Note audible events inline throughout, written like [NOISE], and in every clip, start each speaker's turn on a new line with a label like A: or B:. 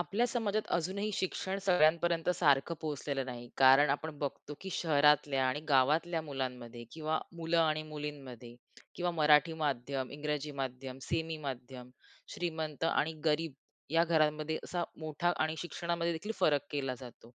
A: आपल्या समाजात अजूनही शिक्षण सगळ्यांपर्यंत सारखं पोहोचलेलं नाही. कारण आपण बघतो, की शहरातल्या आणि गावातल्या मुलांमध्ये किंवा मुलं आणि मुलींमध्ये किंवा मराठी माध्यम, इंग्रजी माध्यम, सेमी माध्यम, श्रीमंत आणि गरीब या घरांमध्ये असा मोठा आणि शिक्षणामध्ये देखील फरक केला जातो.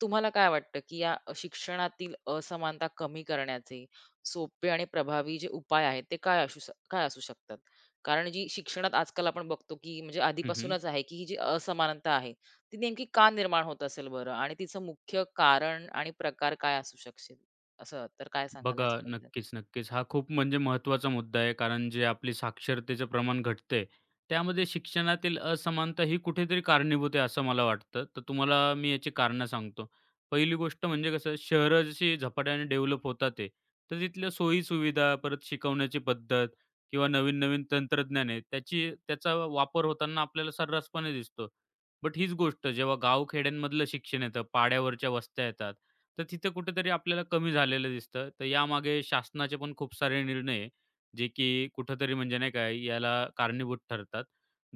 A: तुम्हाला काय वाटतं, की या शिक्षणातील असमानता कमी करण्याचे सोपे आणि प्रभावी जे उपाय आहेत, ते काय काय असू शकतात? कारण जी शिक्षणात आजकाल आपण बघतो, की म्हणजे
B: हं, हं.
A: आधीपासूनच आहे, की ही जी असमानता आहे, ती नेमकी का निर्माण होत असेल बरं? आणि तिचं मुख्य कारण आणि प्रकार काय असू शकशील? असं तर काय सांगाल
B: बघा,
A: ह्याच्याबद्दल?
B: नक्कीच, नक्कीच. हा खूप म्हणजे महत्त्वाचा मुद्दा आहे. कारण जे आपली साक्षरतेचं प्रमाण घटतंय, त्यामध्ये शिक्षणातील असमानता ही कुठेतरी कारणीभूत आहे, असं मला वाटतं. तर तुम्हाला मी याची कारणं सांगतो. पहिली गोष्ट म्हणजे कसं, शहरं जशी झपाट्याने डेव्हलप होतात आहे, तर तिथल्या सोयी-सुविधा, परत शिकवण्याची पद्धत किंवा नवीन-नवीन तंत्रज्ञान आहे, त्याचा वापर होताना आपल्याला सर्रासपणे दिसतो. बट हीच गोष्ट जेव्हा गाव-खेड्यांमधलं शिक्षण येतं, पाड्यावरच्या वस्त्या येतात, तर तिथं कुठेतरी आपल्याला कमी झालेलं दिसतं. तर यामागे शासनाचे पण खूप सारे निर्णय आहे, जे की कुठेतरी म्हणजे नाही का याला कारणीभूत ठरतात.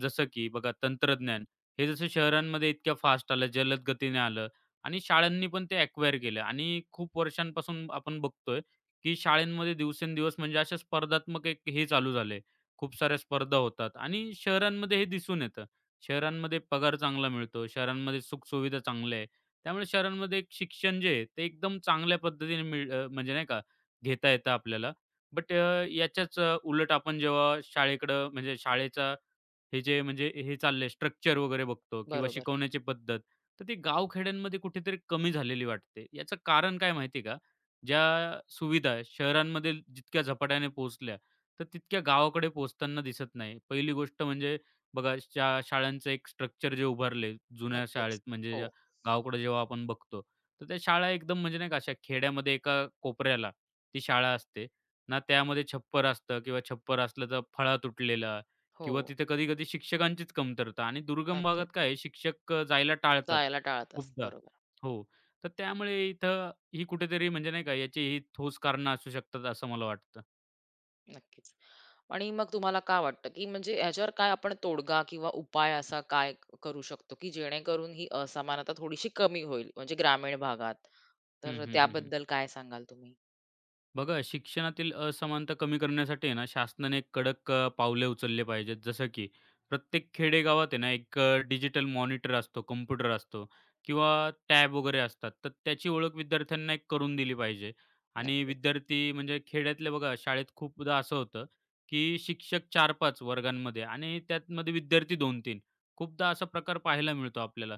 B: जसं की बघा तंत्रज्ञान, हे जसं शहरांमध्ये इतक्या फास्ट आलं, जलद गतीने आलं आणि शाळांनी पण ते अॅक्वायर केलं आणि खूप वर्षांपासून आपण बघतोय, की शाळांमध्ये दिवसेंदिवस म्हणजे अशा स्पर्धात्मक एक हे चालू झाले. खूप साऱ्या स्पर्धा होतात आणि शहरांमध्ये हे दिसून येतं. शहरांमध्ये पगार चांगला मिळतो, शहरांमध्ये सुखसुविधा चांगल्या आहेत, त्यामुळे शहरांमध्ये एक शिक्षण जे आहे ते एकदम चांगल्या पद्धतीने म्हणजे नाही का घेता येतं आपल्याला. बट याच्याच उलट आपण जेव्हा शाळेकडं म्हणजे शाळेचा हे जे म्हणजे हे चाललंय स्ट्रक्चर वगैरे बघतो किंवा
A: बरोबर.
B: शिकवण्याची पद्धत, तर ती गावखेड्यांमध्ये कुठेतरी कमी झालेली वाटते. याचं कारण काय माहिती आहे का? ज्या सुविधा शहरांमध्ये जितक्या झपाट्याने पोहोचल्या, तर तितक्या गावाकडे पोहोचताना दिसत नाही. पहिली गोष्ट म्हणजे बघा शाळांचं एक स्ट्रक्चर जे उभारले जुन्या
A: नक्कीच.
B: शाळेत म्हणजे
A: हो,
B: ज्या गावाकडे जेव्हा आपण बघतो, तर त्या शाळा एकदम म्हणजे नाही का अशा खेड्यामध्ये एका कोपऱ्याला ती शाळा असते. ना त्यामध्ये छप्पर असतं किंवा छप्पर असलं तर फळा तुटलेला
A: हो.
B: किंवा तिथे कधी-कधी शिक्षकांचीच कमतरता आणि दुर्गम
A: नक्कीच.
B: भागात काय आहे, शिक्षक जायला टाळतात
A: जायला टाळतात.
B: खूपदा.
A: बरोबर.
B: हो, तर त्यामुळे इथं ही कुठेतरी म्हणजे नाही का याची ही ठोस कारणं असू शकतात असं मला वाटतं.
A: नक्कीच. आणि मग तुम्हाला काय वाटतं, की म्हणजे ह्याच्यावर काय आपण तोडगा किंवा उपाय असा काय करू शकतो, की जेणेकरून ही असमानता थोडीशी कमी होईल, म्हणजे ग्रामीण भागात?
B: हं,
A: तर
B: हं, हं, हं.
A: त्याबद्दल काय सांगाल तुम्ही?
B: बघा, शिक्षणातील असमानता कमी करण्यासाठी आहे ना, शासनाने कडक पावले उचलले पाहिजेत. जसं की प्रत्येक खेडेगावात आहे ना, एक डिजिटल मॉनिटर असतो, कॉम्प्युटर असतो किंवा टॅब वगैरे असतात. तर त्याची ओळख विद्यार्थ्यांना एक करून दिली पाहिजे. आणि
A: नक्कीच.
B: विद्यार्थी म्हणजे खेड्यातले बघा, शाळेत खूपदा असं होतं, की शिक्षक 4-5 वर्गांमध्ये आणि त्यातमध्ये विद्यार्थी 2-3 खूपदा असा प्रकार पाहायला मिळतो आपल्याला.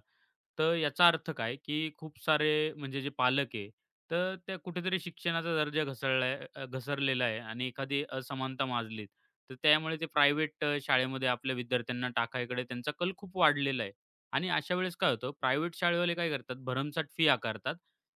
B: तर याचा अर्थ काय, की खूप सारे म्हणजे जे पालक आहे, तर त्या कुठेतरी शिक्षणाचा दर्जा घसरलेला आहे आणि एखादी असमानता माजलीत. तर त्यामुळे ते प्रायव्हेट शाळेमध्ये आपल्या विद्यार्थ्यांना टाकायकडे त्यांचा कल खूप वाढलेला आहे. आणि अशा वेळेस काय होतं, प्रायव्हेट शाळेवाले काय करतात, भरमसाठ फी आकारतात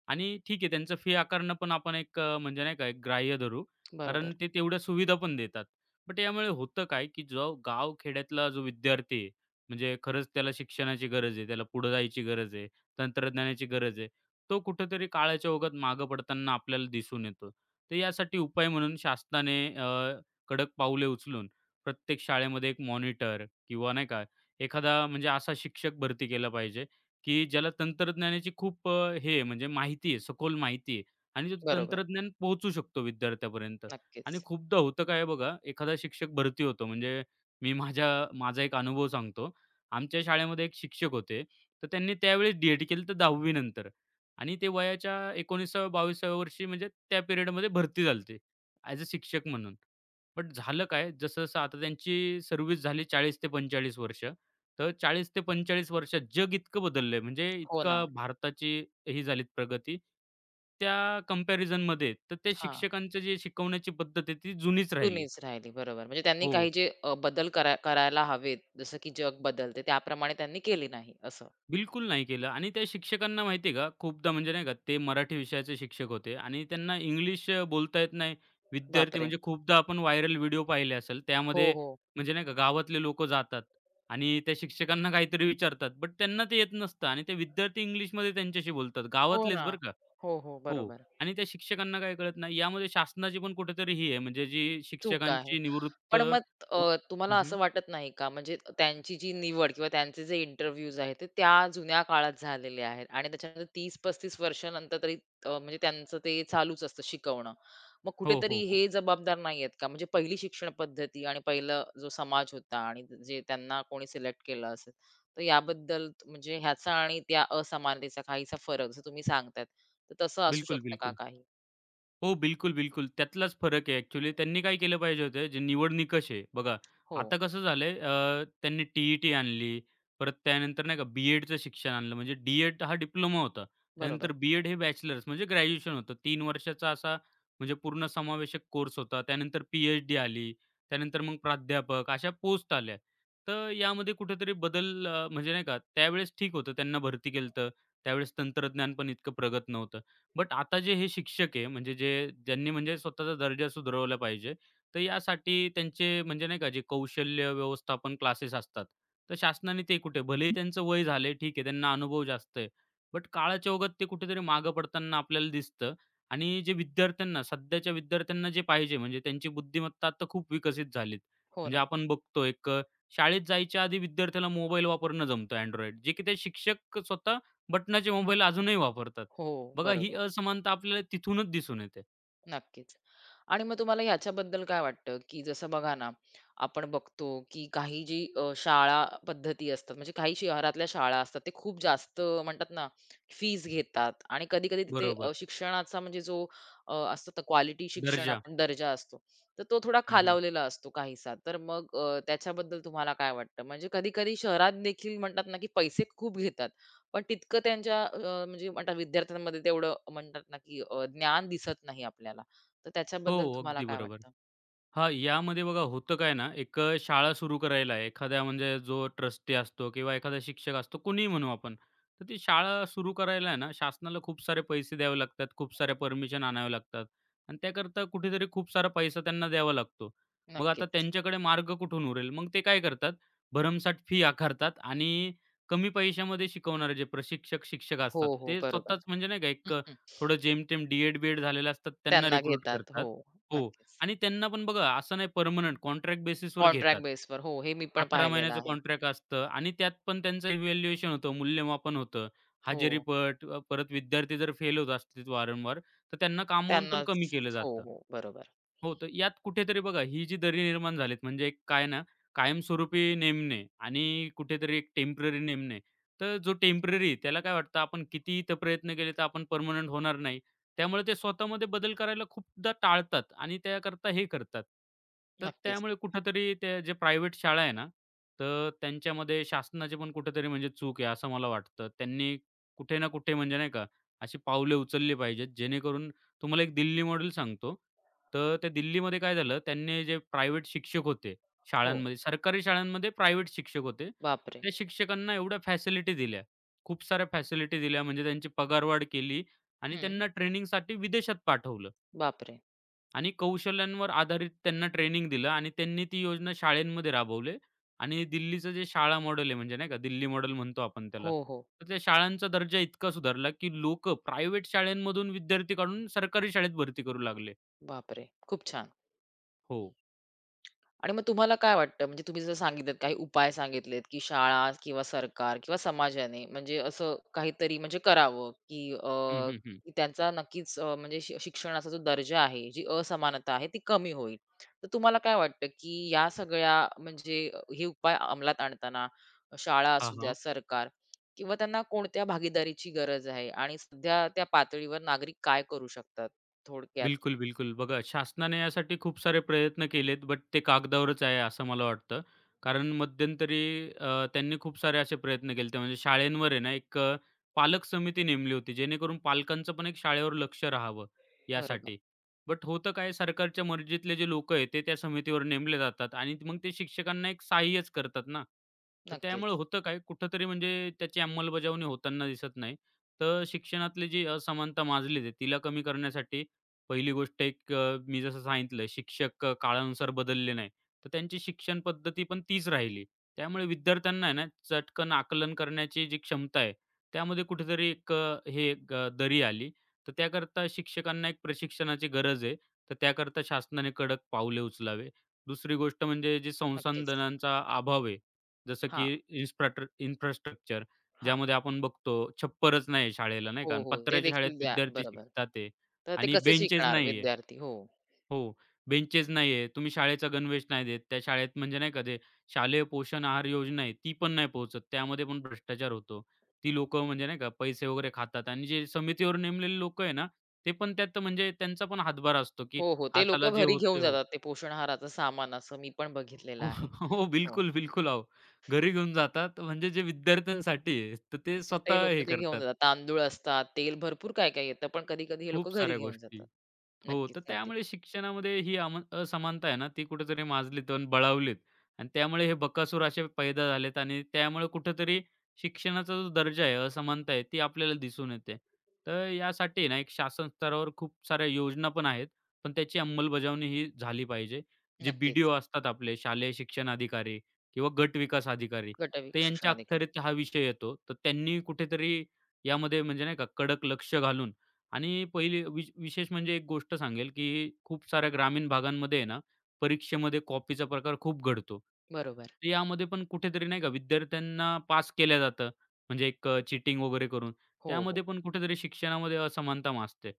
B: आणि ठीक आहे, त्यांचं फी आकारणं पण आपण एक म्हणजे नाही का, एक ग्राह्य धरू,
A: बरोबर.
B: कारण ते तेवढ्या सुविधा पण देतात. बट यामुळे होतं काय, की जो गाव खेड्यातला जो विद्यार्थी आहे, म्हणजे खरंच त्याला शिक्षणाची गरज आहे, त्याला पुढे जायची गरज आहे, तंत्रज्ञानाची गरज आहे. तो कुठेतरी काळाच्या ओघात मागं पडताना आपल्याला दिसून येतो. तर यासाठी उपाय म्हणून शासनाने कडक पाऊले उचलून प्रत्येक शाळेमध्ये एक मॉनिटर किंवा नाही का एखादा म्हणजे असा शिक्षक भरती केला पाहिजे, की ज्याला तंत्रज्ञानाची खूप हे आहे म्हणजे माहिती आहे, सखोल माहिती आहे आणि तो
A: बरोबर.
B: तंत्रज्ञान पोहोचू शकतो विद्यार्थ्यापर्यंत. आणि
A: नक्कीच.
B: खूपदा होतं काय बघा, एखादा शिक्षक भरती होतो म्हणजे मी माझ्या माझा एक अनुभव सांगतो. आमच्या शाळेमध्ये एक शिक्षक होते, तर त्यांनी त्यावेळेस डी-एड केली तर 10वी नंतर आणि ते वयाच्या 19व्या-22व्या वर्षी म्हणजे त्या पिरियडमध्ये भरती झाले ते ॲज अ शिक्षक म्हणून. बट झालं काय, जसं-जसं आता त्यांची सर्व्हिस झाली 40 ते 45 वर्ष, तर 40 ते 45 वर्षात जग इतकं बदललंय म्हणजे
A: हो
B: इतका
A: ना.
B: भारताची ही झाली प्रगती, त्या कंपॅरिझनमध्ये तर त्या
A: हां.
B: शिक्षकांचं जे शिकवण्याची पद्धत आहे ती जुनीच राहिली.
A: जुनीच राहिली. बरोबर. म्हणजे त्यांनी
B: हो.
A: काही जे बदल करायला हवेत, जसं की जग बदलते त्याप्रमाणे त्यांनी केली नाही असं.
B: बिलकुल नाही केलं आणि त्या शिक्षकांना माहिती आहे का, खूपदा म्हणजे नाही का, ते मराठी विषयाचे शिक्षक होते आणि त्यांना इंग्लिश बोलता येत नाही. विद्यार्थी
A: बापरे!
B: म्हणजे खूपदा आपण व्हायरल व्हिडिओ पाहिले असेल,
A: हो,
B: त्यामध्ये
A: हो.
B: म्हणजे नाही का, गावातले लोकं जातात आणि त्या शिक्षकांना काहीतरी विचारतात, बट त्यांना ते येत नसतं आणि ते विद्यार्थी इंग्लिशमध्ये त्यांच्याशी बोलतात.
A: हो
B: गावातलेच
A: ना.
B: बरं का.
A: हो, हो.
B: हो,
A: बरोबर.
B: आणि त्या शिक्षकांना काही कळत नाही. यामध्ये शासनाची पण कुठेतरी ही आहे, म्हणजे जी
A: चूक आहे.
B: शिक्षकांची निवृत्त
A: पण मग
B: व
A: तुम्हाला
B: हं,
A: असं वाटत नाही का, म्हणजे त्यांची जी निवड किंवा त्यांचे जे इंटरव्ह्यूज आहेत, ते त्या जुन्या काळात झालेले आहेत आणि त्याच्यानंतर 30-35 वर्षानंतर तरी म्हणजे त्यांचं ते चालूच असतं शिकवणं. मग
B: हो, हो,
A: कुठेतरी
B: हो.
A: हे जबाबदार नाही आहेत का? म्हणजे पहिली शिक्षण पद्धती आणि पहिला जो समाज होता आणि जे त्यांना कोणी सिलेक्ट केलं असेल, तर याबद्दल म्हणजे ह्याचा आणि त्या असमानतेचा काहीसा फरक जसं तुम्ही सांगतायत, तर तसं असू
B: बिलकुल,
A: शकतं का
B: बिलकुल.
A: काही?
B: हो, बिलकुल, बिलकुल. त्यातलाच फरक आहे ॲक्चुअली. त्यांनी काय केलं पाहिजे होतं, जे निवड निकष आहे बघा,
A: हो,
B: आता कसं झालंय, त्यांनी टी-ई-टी आणली, परत त्यानंतर नाही का बी-एडचं शिक्षण आणलं, म्हणजे डी-एड हा डिप्लोमा होता.
A: बरोबर.
B: त्यानंतर बी-एड हे बॅचलर्स म्हणजे ग्रॅज्युएशन होतं. 3 वर्षाचा असा म्हणजे पूर्ण समावेशक कोर्स होता. त्यानंतर पी-एच-डी आली, त्यानंतर मग प्राध्यापक अशा पोस्ट आल्या. तर यामध्ये कुठेतरी बदल म्हणजे नाही का त्यावेळेस ठीक होतं, त्यांना भरती केलं होतं. त्यावेळेस तंत्रज्ञान पण इतकं प्रगत नव्हतं. बट आता जे हे शिक्षक आहे, म्हणजे जे ज्यांनी म्हणजे स्वतःचा दर्जा सुधारवला पाहिजे, तर यासाठी त्यांचे म्हणजे नाही का जे कौशल्य व्यवस्थापन क्लासेस असतात, तर शासनाने ते कुठे भलेही त्यांचं वय झालंय ठीक आहे, त्यांना अनुभव जास्त आहे. बट काळाच्या ओघात ते कुठेतरी मागं पडताना आपल्याला दिसतं आणि जे विद्यार्थ्यांना सध्याच्या विद्यार्थ्यांना जे पाहिजे म्हणजे त्यांची बुद्धिमत्ता आता खूप विकसित झालीत.
A: हो
B: म्हणजे
A: ना.
B: आपण बघतो एक शाळेत जायच्या आधी विद्यार्थ्याला मोबाईल वापरणं जमतं Android, जे की ते शिक्षक स्वतः बटनाचे मोबाईल अजूनही वापरतात.
A: हो,
B: बघा ही
A: बरोबर.
B: असमानता आपल्याला तिथूनच दिसून येते.
A: नक्कीच. आणि मग तुम्हाला ह्याच्याबद्दल काय वाटतं, की जसं बघा ना, आपण बघतो, की काही जी शाळा पद्धती असतात, म्हणजे काही शहरातल्या शाळा असतात, ते खूप जास्त म्हणतात ना, फीज घेतात आणि कधी-कधी तिथे
B: बरोबर.
A: शिक्षणाचा म्हणजे जो असतो ना क्वालिटी शिक्षण
B: दर्जा.
A: आपण दर्जा असतो, तर तो थोडा
B: हं, हं.
A: खालावलेला असतो काहीसा. तर मग त्याच्याबद्दल तुम्हाला काय वाटतं? म्हणजे कधी-कधी शहरात देखील म्हणतात ना, की पैसे खूप घेतात पण तितकं त्यांच्या म्हणजे म्हणतात विद्यार्थ्यांमध्ये तेवढं म्हणतात ना, की ज्ञान दिसत नाही आपल्याला. तर
B: हो,
A: त्याच्याबद्दल तुम्हाला
B: अगदी
A: काय
B: बरोबर.
A: वाटतं?
B: हां, यामध्ये बघा होतं काय ना, एक शाळा सुरू करायला एखाद्या म्हणजे जो ट्रस्टी असतो किंवा एखादा शिक्षक असतो, कोणीही म्हणू आपण. तर ती शाळा सुरू करायला आहे ना, शासनाला खूप सारे पैसे द्यावे लागतात, खूप सारे परमिशन आणाव्या लागतात आणि त्याकरता कुठेतरी खूप सारा पैसा त्यांना द्यावा लागतो. मग आता
A: नक्कीच.
B: त्यांच्याकडे मार्ग कुठून उरेल? मग ते काय करतात, भरमसाठ फी आकारतात आणि कमी पैशामध्ये शिकवणारे जे प्रशिक्षक, शिक्षक
A: हो,
B: असतात,
A: हो.
B: ते
A: बरोबर.
B: स्वतःच म्हणजे नाही का
A: हं,
B: एक
A: हं.
B: थोडं जेमतेम डी-एड, बीएड झालेले असतात त्यांना
A: त्यांना
B: रिक्रूट
A: घेतात.
B: करतात.
A: हो,
B: हो,
A: नक्कीच.
B: आणि त्यांना पण बघा असं नाही पर्मनंट कॉन्ट्रॅक्ट बेसिसवर
A: कॉन्ट्रॅक्ट
B: घेतात.
A: बेसवर. हो, हे मी पण
B: 11
A: पाहिलेलं
B: महिन्याचं
A: आहे.
B: कॉन्ट्रॅक्ट असतं आणि त्यात पण त्यांचं इव्हॅल्युएशन होतं, मूल्यमापन होतं.
A: हो,
B: परत विद्यार्थी जर फेल होत असतील वारंवार, तर त्यांना कामावून पण कमी
A: त्यांनाच
B: केलं
A: हो,
B: जातं.
A: हो. बरोबर.
B: हो, तर यात कुठेतरी बघा ही जी दरी निर्माण झालीत म्हणजे एक काय ना, कायमस्वरूपी नेमणे आणि कुठेतरी एक टेम्पररी नेमणे. तर जो टेम्पररी त्याला काय वाटतं आपण कितीही तर प्रयत्न केले तर आपण पर्मनंट होणार नाही. त्यामुळे ते स्वतःमध्ये बदल करायला खूपदा टाळतात आणि त्याकरता हे करतात. तर
A: नक्कीच.
B: त्यामुळे कुठेतरी त्या जे प्रायव्हेट शाळा आहे ना, तर त्यांच्यामध्ये शासनाची पण कुठेतरी म्हणजे चूक आहे असं मला वाटतं. त्यांनी कुठे ना कुठे म्हणजे नाही का, अशी पावले उचलली पाहिजेत जेणेकरून तुम्हाला एक दिल्ली मॉडेल सांगतो. तर त्या दिल्लीमध्ये काय झालं, त्यांनी जे प्रायव्हेट शिक्षक होते
A: हो.
B: शाळांमध्ये, सरकारी शाळांमध्ये प्रायव्हेट शिक्षक होते.
A: बापरे!
B: त्या शिक्षकांना एवढ्या फॅसिलिटी दिल्या, खूप साऱ्या फॅसिलिटी दिल्या म्हणजे त्यांची पगारवाढ केली आणि
A: हं.
B: त्यांना ट्रेनिंगसाठी विदेशात पाठवलं.
A: बापरे!
B: आणि कौशल्यांवर आधारित त्यांना ट्रेनिंग दिलं आणि त्यांनी ती योजना शाळेमध्ये राबवली आणि दिल्लीचं जे शाळा मॉडेल आहे म्हणजे नाही का दिल्ली मॉडेल म्हणतो आपण त्याला.
A: हो, हो.
B: तर त्या शाळांचा दर्जा इतका सुधारला, की लोक प्रायव्हेट शाळांमधून विद्यार्थी काढून सरकारी शाळेत भरती करू लागले.
A: बापरे! खूप छान.
B: हो.
A: आणि मग तुम्हाला काय वाटतं, म्हणजे तुम्ही जसं सांगितलेत काही उपाय सांगितलेत, की शाळा किंवा सरकार किंवा समाजाने म्हणजे असं काहीतरी म्हणजे करावं, की
B: हं, हं, हं.
A: की त्यांचा नक्कीच म्हणजे शिक्षणाचा जो दर्जा आहे, जी असमानता आहे ती कमी होईल. तर तुम्हाला काय वाटतं, की या सगळ्या म्हणजे हे उपाय अंमलात आणताना शाळा
B: हां,
A: असू द्या,
B: हां.
A: सरकार किंवा त्यांना कोणत्या भागीदारीची गरज आहे आणि सध्या त्या पातळीवर नागरिक काय करू शकतात? थोडक्यात.
B: बिलकुल, बिलकुल. बघा शासनाने यासाठी खूप सारे प्रयत्न केलेत, बट ते कागदावरच आहे असं मला वाटतं. कारण मध्यंतरी त्यांनी खूप सारे असे प्रयत्न केले होते. म्हणजे शाळेंवर आहे ना एक पालक समिती नेमली होती, जेणेकरून पालकांचं पण एक शाळेवर लक्ष राहावं
A: बरोबर.
B: यासाठी. बट होतं काय, सरकारच्या मर्जीतले जे लोकं आहेत, ते त्या समितीवर नेमले जातात आणि मग ते शिक्षकांना एक सहाय्यच करतात ना. तर त्यामुळे
A: नक्कीच,
B: होतं काय, कुठेतरी म्हणजे त्याची अंमलबजावणी होताना दिसत नाही. तर शिक्षणातली जी असमानता माजली आहे, तिला कमी करण्यासाठी पहिली गोष्ट एक मी जसं सांगितलं शिक्षक काळानुसार बदलले नाही. तर त्यांची शिक्षण पद्धती पण तीच राहिली. त्यामुळे विद्यार्थ्यांना आहे ना, चटकन आकलन करण्याची जी क्षमता आहे, त्यामध्ये कुठेतरी एक हे एक दरी आली. तर त्याकरता शिक्षकांना एक प्रशिक्षणाची गरज आहे. तर त्याकरता शासनाने कडक पाऊले उचलावे. दुसरी गोष्ट म्हणजे जे
A: नक्कीच.
B: संसाधनांचा अभाव आहे. जसं
A: हां,
B: की इन्फ्रास्ट्रक्चर
A: हां.
B: ज्यामध्ये आपण बघतो छप्परच नाही शाळेला नाही
A: हो,
B: का आणि
A: हो. ते
B: पत्र्याच्या शाळेत
A: देखील द्या.
B: विद्यार्थी
A: बरोबर.
B: शिकतात
A: तर ते
B: आणि
A: कसं
B: बेंचेस
A: शिकणार
B: नाहीये.
A: विद्यार्थी? हो.
B: हो, बेंचेस नाहीये. तुम्ही शाळेचा गणवेश नाही देत. त्या शाळेत म्हणजे नाही का ते शालेय पोषण आहार योजना आहे, ती पण नाही पोहोचत. त्यामध्ये पण भ्रष्टाचार होतो. ती लोकं म्हणजे नाही का पैसे वगैरे खातात आणि जे समितीवर नेमलेले लोकं आहे ना, ते पण त्यात म्हणजे त्यांचा पण हातभार असतो, की
A: हो, हो. ते
B: "हा चला
A: लोकं
B: जे
A: घरी
B: होतं ते
A: घेऊन
B: होतं."
A: जातात ते पोषण आहाराचं सामान असं मी पण बघितलेलं
B: हो,
A: आहे.
B: [LAUGHS] हो.
A: हो.
B: बिलकुल, बिलकुल अहो. घरी घेऊन जातात म्हणजे जे विद्यार्थ्यांसाठी आहे, तर ते
A: ते
B: स्वतः हे
A: लोकं ते घेऊन
B: करतात.
A: जातात. तांदूळ असतात, तेल भरपूर काय-काय येतं. पण कधी-कधी हे लोकं
B: खूप
A: घरी
B: साऱ्या
A: घेऊन
B: गोष्टी.
A: जातात.
B: हो,
A: नक्कीच,
B: तर
A: नक्कीच.
B: त्यामुळे शिक्षणामध्ये ही असमानता आहे ना, ती कुठेतरी माजलीत आणि बळावलीत आणि त्यामुळे हे बकासूर असे पैदा झालेत आणि त्यामुळे कुठेतरी शिक्षणाचा जो दर्जा आहे, असमानता आहे, ती आपल्याला दिसून येते. तर यासाठी ना, एक शासन स्तरावर खूप साऱ्या योजना पण आहेत, पण त्याची अंमलबजावणी ही झाली पाहिजे. जे बी-डी-ओ
A: नक्कीच.
B: असतात आपले शालेय शिक्षण अधिकारी किंवा गट विकास अधिकारी,
A: गट वि
B: तर यांच्या
A: शिक्षणाधिकारी.
B: अखत्यारीत हा विषय येतो. तर त्यांनी कुठेतरी यामध्ये म्हणजे नाही का, कडक लक्ष घालून आणि पहिली विशेष म्हणजे एक गोष्ट सांगेल, की खूप साऱ्या ग्रामीण भागांमध्ये आहे ना, परीक्षेमध्ये कॉपीचा प्रकार खूप घडतो.
A: बरोबर.
B: तर यामध्ये पण कुठेतरी नाही का विद्यार्थ्यांना पास केलं जातं. म्हणजे एक चीटिंग वगैरे करून.
A: हो, हो.
B: त्यामध्ये पण कुठेतरी शिक्षणामध्ये असमानता मासते.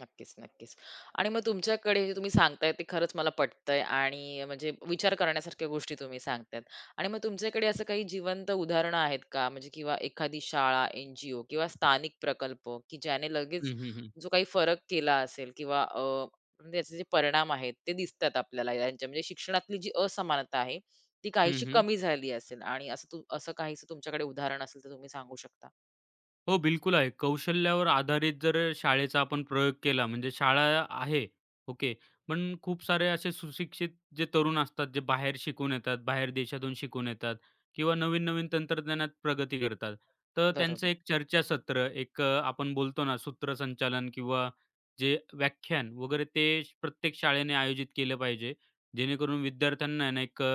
A: नक्कीच, नक्कीच. आणि मग तुमच्याकडे जे तुम्ही सांगताय ते खरंच मला पटतंय आणि म्हणजे विचार करण्यासारख्या गोष्टी तुम्ही सांगतायत. आणि मग तुमच्याकडे असं काही जिवंत उदाहरणं आहेत का? म्हणजे किंवा एखादी शाळा, एन किंवा स्थानिक प्रकल्प, की ज्याने लगेच
B: हं, हं, हं.
A: जो काही फरक केला असेल किंवा म्हणजे याचे जे परिणाम आहेत ते दिसतात आपल्याला यांच्या म्हणजे शिक्षणातली जी असमानता आहे, ती
B: हं,
A: काहीशी
B: हं.
A: कमी झाली असेल आणि असं काहीसं तुमच्याकडे उदाहरण असेल तर तुम्ही सांगू शकता?
B: हो, बिलकुल आहे. कौशल्यावर आधारित जर शाळेचा आपण प्रयोग केला म्हणजे शाळा आहे, ओके. पण खूप सारे असे सुशिक्षित जे तरुण असतात, जे बाहेर शिकून येतात, बाहेर देशातून शिकून येतात किंवा नवीन-नवीन तंत्रज्ञानात प्रगती करतात. तर त्यांचं
A: बरोबर.
B: एक चर्चासत्र, एक आपण बोलतो ना सूत्रसंचालन किंवा जे व्याख्यान वगैरे ते प्रत्येक शाळेने आयोजित केलं पाहिजे. जेणेकरून विद्यार्थ्यांना आहे ना एक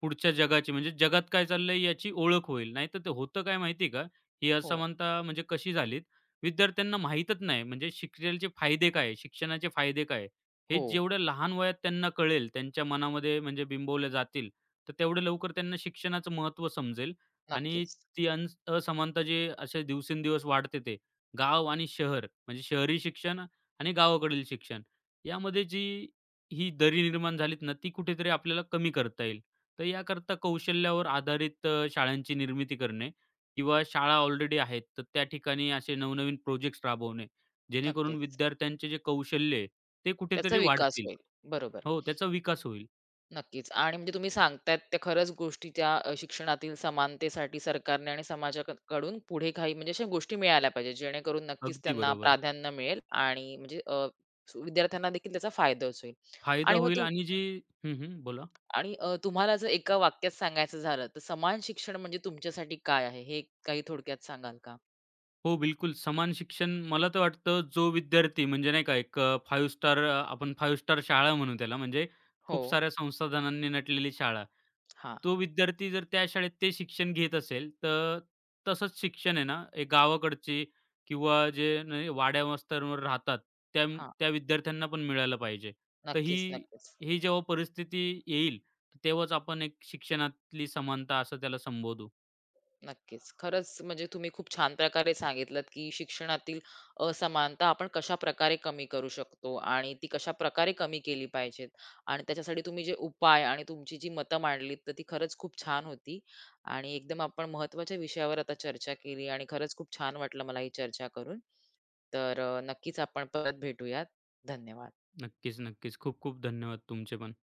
B: पुढच्या जगाची म्हणजे जगात काय चाललंय याची ओळख होईल. नाहीतर ते होतं काय माहिती का? ही
A: हो,
B: असमानता म्हणजे कशी झालीत, विद्यार्थ्यांना माहीतच नाही म्हणजे शिक्षणाचे फायदे काय आहे? शिक्षणाचे फायदे काय हे
A: हो.
B: जेवढ्या लहान वयात त्यांना कळेल, त्यांच्या मनामध्ये म्हणजे बिंबवल्या जातील, तर तेवढं लवकर त्यांना शिक्षणाचं महत्त्व समजेल आणि
A: नक्कीच,
B: ती असमानता जी असे दिवसेंदिवस वाढते ते, गाव आणि शहर म्हणजे शहरी शिक्षण आणि गावाकडील शिक्षण यामध्ये जी ही दरी निर्माण झालीत ना, ती कुठेतरी आपल्याला कमी करता येईल. तर याकरता कौशल्यावर आधारित शाळांची निर्मिती करणे किंवा शाळा ऑलरेडी आहेत, तर त्या ठिकाणी असे नवनवीन प्रोजेक्ट्स राबवणे, जेणेकरून
A: नक्कीच.
B: विद्यार्थ्यांचे जे कौशल्य आहे, ते
A: त्याचा
B: कुठेतरी
A: विकास
B: वाढतील.
A: होईल. बरोबर.
B: हो, त्याचा विकास होईल.
A: नक्कीच. आणि म्हणजे तुम्ही सांगतायत त्या खरंच गोष्टी त्या शिक्षणातील समानतेसाठी सरकारने आणि समाजाक कडून पुढे काही म्हणजे अशा गोष्टी मिळाल्या पाहिजेत, जेणेकरून नक्कीच
B: अगदी
A: त्यांना
B: बरोबर.
A: प्राधान्य मिळेल आणि म्हणजे विद्यार्थ्यांना देखील त्याचा फायदाच होईल.
B: फायदा
A: आणि मग
B: होईल
A: तू
B: आणि हं, हं. बोला.
A: आणि तुम्हाला जर एका वाक्यात सांगायचं झालं, तर समान शिक्षण म्हणजे तुमच्यासाठी काय आहे? हे काही थोडक्यात सांगाल का?
B: हो, बिलकुल. समान शिक्षण मला तर वाटतं जो विद्यार्थी म्हणजे नाही का एक 5 स्टार आपण 5 स्टार शाळा म्हणू त्याला म्हणजे
A: हो.
B: खूप साऱ्या संसाधनांनी नटलेली शाळा.
A: हां,
B: तो विद्यार्थी जर त्या शाळेत ते शिक्षण घेत असेल, तर तसंच शिक्षण आहे ना, एक गावाकडचे किंवा जे नाही वाड्या वस्त्यांवर राहतात त्या
A: हां.
B: त्या विद्यार्थ्यांना पण मिळालं पाहिजे. तर
A: नक्कीच,
B: ही
A: नक्कीच.
B: ही जेव्हा परिस्थिती येईल, तेव्हाच आपण एक शिक्षणातली समानता असं त्याला संबोधू.
A: नक्कीच. खरंच म्हणजे तुम्ही खूप छान प्रकारे सांगितलत, की शिक्षणातील असमानता आपण कशाप्रकारे कमी करू शकतो आणि ती कशाप्रकारे कमी केली पाहिजेत आणि त्याच्यासाठी तुम्ही जे उपाय आणि तुमची जी मतं मांडलीत, तर ती खरंच खूप छान होती आणि एकदम आपण महत्त्वाच्या विषयावर आता चर्चा केली आणि खरंच खूप छान वाटलं मला ही चर्चा करून. तर नक्कीच आपण परत भेटूयात. धन्यवाद.
B: नक्कीच, नक्कीच. खूप खूप धन्यवाद तुमचे पण.